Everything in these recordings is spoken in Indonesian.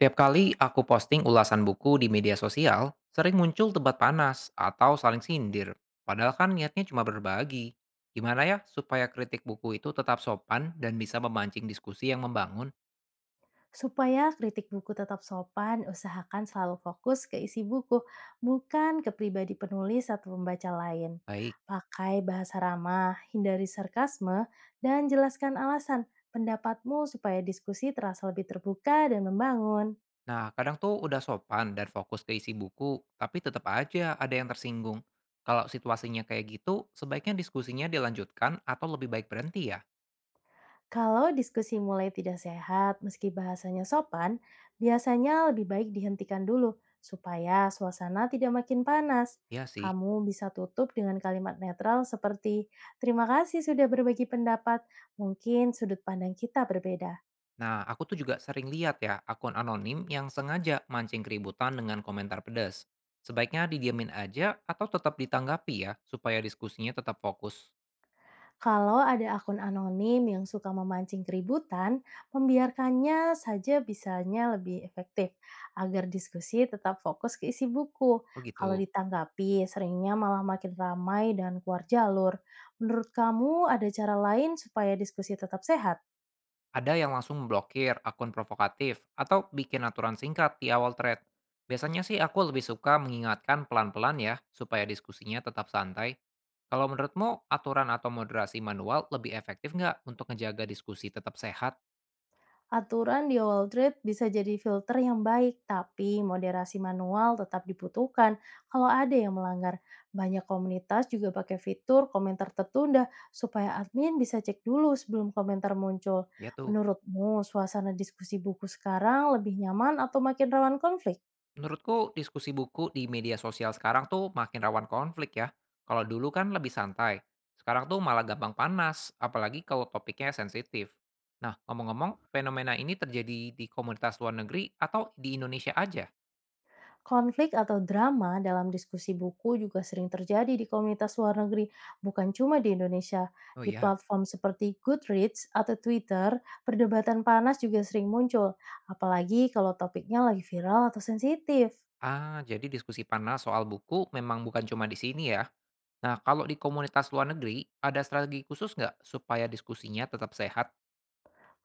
Tiap kali aku posting ulasan buku di media sosial, sering muncul debat panas atau saling sindir. Padahal kan niatnya cuma berbagi. Gimana ya supaya kritik buku itu tetap sopan dan bisa memancing diskusi yang membangun? Supaya kritik buku tetap sopan, usahakan selalu fokus ke isi buku, bukan ke pribadi penulis atau pembaca lain. Baik. Pakai bahasa ramah, hindari sarkasme, dan jelaskan alasan pendapatmu supaya diskusi terasa lebih terbuka dan membangun. Nah, kadang tuh udah sopan dan fokus ke isi buku, tapi tetap aja ada yang tersinggung. Kalau situasinya kayak gitu, sebaiknya diskusinya dilanjutkan atau lebih baik berhenti ya? Kalau diskusi mulai tidak sehat, meski bahasanya sopan, biasanya lebih baik dihentikan dulu supaya suasana tidak makin panas. Iya sih. Kamu bisa tutup dengan kalimat netral seperti "Terima kasih sudah berbagi pendapat. Mungkin sudut pandang kita berbeda." Nah, aku tuh juga sering lihat ya akun anonim yang sengaja mancing keributan dengan komentar pedas. Sebaiknya didiamin aja atau tetap ditanggapi ya supaya diskusinya tetap fokus. Kalau ada akun anonim yang suka memancing keributan, membiarkannya saja bisanya lebih efektif agar diskusi tetap fokus ke isi buku. Oh Kalau gitu. ditanggapi, seringnya malah makin ramai dan keluar jalur. Menurut kamu, ada cara lain supaya diskusi tetap sehat? Ada yang langsung memblokir akun provokatif atau bikin aturan singkat di awal thread. Biasanya sih aku lebih suka mengingatkan pelan-pelan ya supaya diskusinya tetap santai. Kalau menurutmu aturan atau moderasi manual lebih efektif nggak untuk ngejaga diskusi tetap sehat? Aturan di Wall Street bisa jadi filter yang baik, tapi moderasi manual tetap dibutuhkan kalau ada yang melanggar. Banyak komunitas juga pakai fitur komentar tertunda supaya admin bisa cek dulu sebelum komentar muncul. Ya tuh. Menurutmu, suasana diskusi buku sekarang lebih nyaman atau makin rawan konflik? Menurutku diskusi buku di media sosial sekarang tuh makin rawan konflik ya. Kalau dulu kan lebih santai. Sekarang tuh malah gampang panas, apalagi kalau topiknya sensitif. Nah, ngomong-ngomong, fenomena ini terjadi di komunitas luar negeri atau di Indonesia aja? Konflik atau drama dalam diskusi buku juga sering terjadi di komunitas luar negeri, bukan cuma di Indonesia. Oh Di ya. platform seperti Goodreads atau Twitter, perdebatan panas juga sering muncul, apalagi kalau topiknya lagi viral atau sensitif. Ah, jadi diskusi panas soal buku memang bukan cuma di sini ya. Nah, kalau di komunitas luar negeri, ada strategi khusus nggak supaya diskusinya tetap sehat?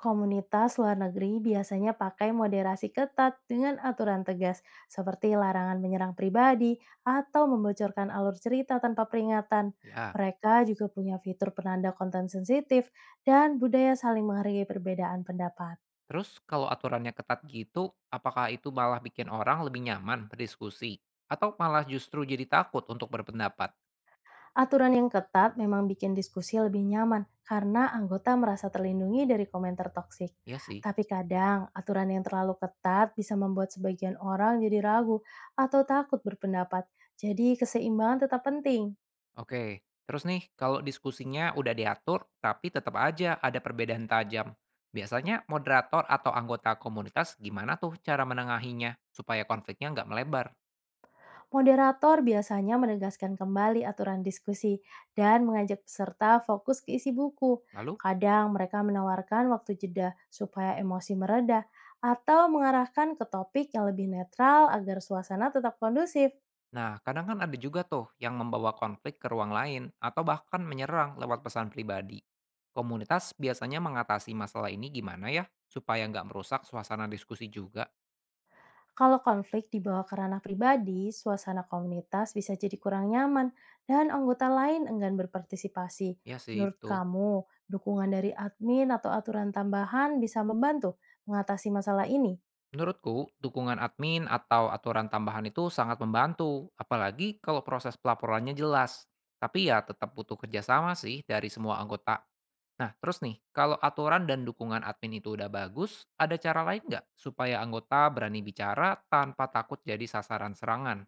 Komunitas luar negeri biasanya pakai moderasi ketat dengan aturan tegas, seperti larangan menyerang pribadi atau membocorkan alur cerita tanpa peringatan. Ya. Mereka juga punya fitur penanda konten sensitif dan budaya saling menghargai perbedaan pendapat. Terus kalau aturannya ketat gitu, apakah itu malah bikin orang lebih nyaman berdiskusi? Atau malah justru jadi takut untuk berpendapat? Aturan yang ketat memang bikin diskusi lebih nyaman karena anggota merasa terlindungi dari komentar toksik. Iya sih. Tapi kadang aturan yang terlalu ketat bisa membuat sebagian orang jadi ragu atau takut berpendapat. Jadi keseimbangan tetap penting. Oke, terus nih kalau diskusinya udah diatur tapi tetap aja ada perbedaan tajam. Biasanya moderator atau anggota komunitas gimana tuh cara menengahinya supaya konfliknya nggak melebar? Moderator biasanya menegaskan kembali aturan diskusi dan mengajak peserta fokus ke isi buku. Lalu. Kadang mereka menawarkan waktu jeda supaya emosi mereda atau mengarahkan ke topik yang lebih netral agar suasana tetap kondusif. Nah, kadang kan ada juga tuh yang membawa konflik ke ruang lain atau bahkan menyerang lewat pesan pribadi. Komunitas biasanya mengatasi masalah ini gimana ya? Supaya nggak merusak suasana diskusi juga. Kalau konflik dibawa ke ranah pribadi, suasana komunitas bisa jadi kurang nyaman dan anggota lain enggan berpartisipasi. Ya sih, Menurut betul. kamu, dukungan dari admin atau aturan tambahan bisa membantu mengatasi masalah ini? Menurutku, dukungan admin atau aturan tambahan itu sangat membantu, apalagi kalau proses pelaporannya jelas. Tapi ya tetap butuh kerjasama sih dari semua anggota. Nah, terus nih, kalau aturan dan dukungan admin itu udah bagus, ada cara lain nggak supaya anggota berani bicara tanpa takut jadi sasaran serangan?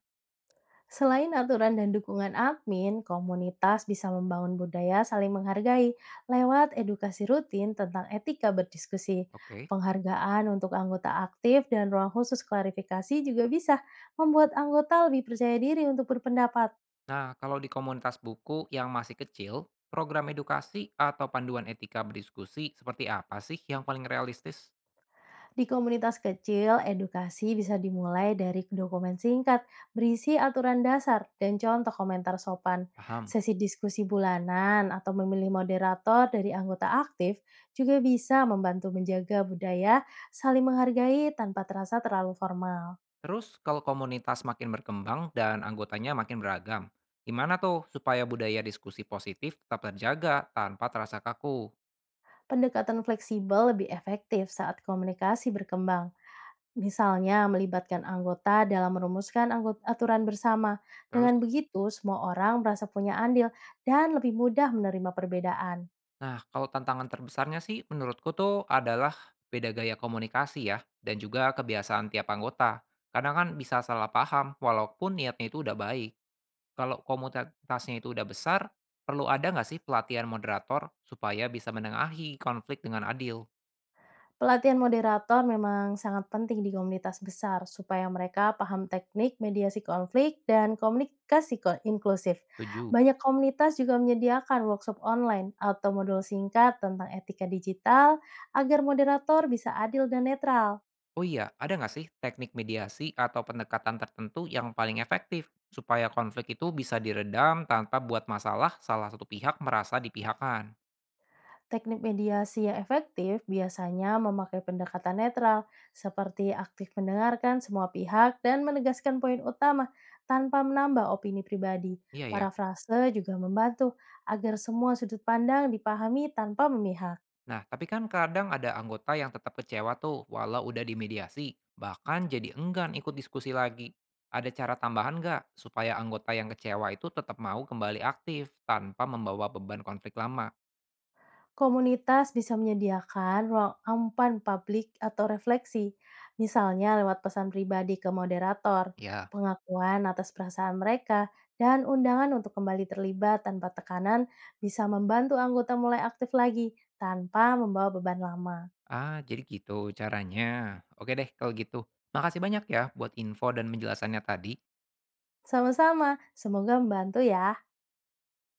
Selain aturan dan dukungan admin, komunitas bisa membangun budaya saling menghargai lewat edukasi rutin tentang etika berdiskusi. Oke. Penghargaan untuk anggota aktif dan ruang khusus klarifikasi juga bisa membuat anggota lebih percaya diri untuk berpendapat. Nah, kalau di komunitas buku yang masih kecil, program edukasi atau panduan etika berdiskusi seperti apa sih yang paling realistis? Di komunitas kecil, edukasi bisa dimulai dari dokumen singkat berisi aturan dasar dan contoh komentar sopan. Paham. Sesi diskusi bulanan atau memilih moderator dari anggota aktif juga bisa membantu menjaga budaya saling menghargai tanpa terasa terlalu formal. Terus, kalau komunitas makin berkembang dan anggotanya makin beragam, gimana tuh supaya budaya diskusi positif tetap terjaga tanpa terasa kaku? Pendekatan fleksibel lebih efektif saat komunikasi berkembang. Misalnya melibatkan anggota dalam merumuskan aturan bersama. Terus. Dengan begitu, semua orang merasa punya andil dan lebih mudah menerima perbedaan. Nah, kalau tantangan terbesarnya sih menurutku tuh adalah beda gaya komunikasi ya, dan juga kebiasaan tiap anggota. Kadang kan bisa salah paham, walaupun niatnya itu udah baik. Kalau komunitasnya itu udah besar, perlu ada nggak sih pelatihan moderator supaya bisa menengahi konflik dengan adil? Pelatihan moderator memang sangat penting di komunitas besar supaya mereka paham teknik mediasi konflik dan komunikasi inklusif. Setuju. Banyak komunitas juga menyediakan workshop online atau modul singkat tentang etika digital agar moderator bisa adil dan netral. Oh iya, ada nggak sih teknik mediasi atau pendekatan tertentu yang paling efektif supaya konflik itu bisa diredam tanpa buat masalah salah satu pihak merasa dipihakan? Teknik mediasi yang efektif biasanya memakai pendekatan netral, seperti aktif mendengarkan semua pihak dan menegaskan poin utama tanpa menambah opini pribadi. Iya ya. Parafrase juga membantu agar semua sudut pandang dipahami tanpa memihak. Nah, tapi kan kadang ada anggota yang tetap kecewa tuh walau udah dimediasi, bahkan jadi enggan ikut diskusi lagi. Ada cara tambahan nggak supaya anggota yang kecewa itu tetap mau kembali aktif tanpa membawa beban konflik lama? Komunitas bisa menyediakan ruang ampan publik atau refleksi, misalnya lewat pesan pribadi ke moderator, Ya. pengakuan atas perasaan mereka, dan undangan untuk kembali terlibat tanpa tekanan bisa membantu anggota mulai aktif lagi tanpa membawa beban lama. Ah, jadi gitu caranya. Oke deh kalau gitu. Makasih banyak ya buat info dan penjelasannya tadi. Sama-sama, semoga membantu ya.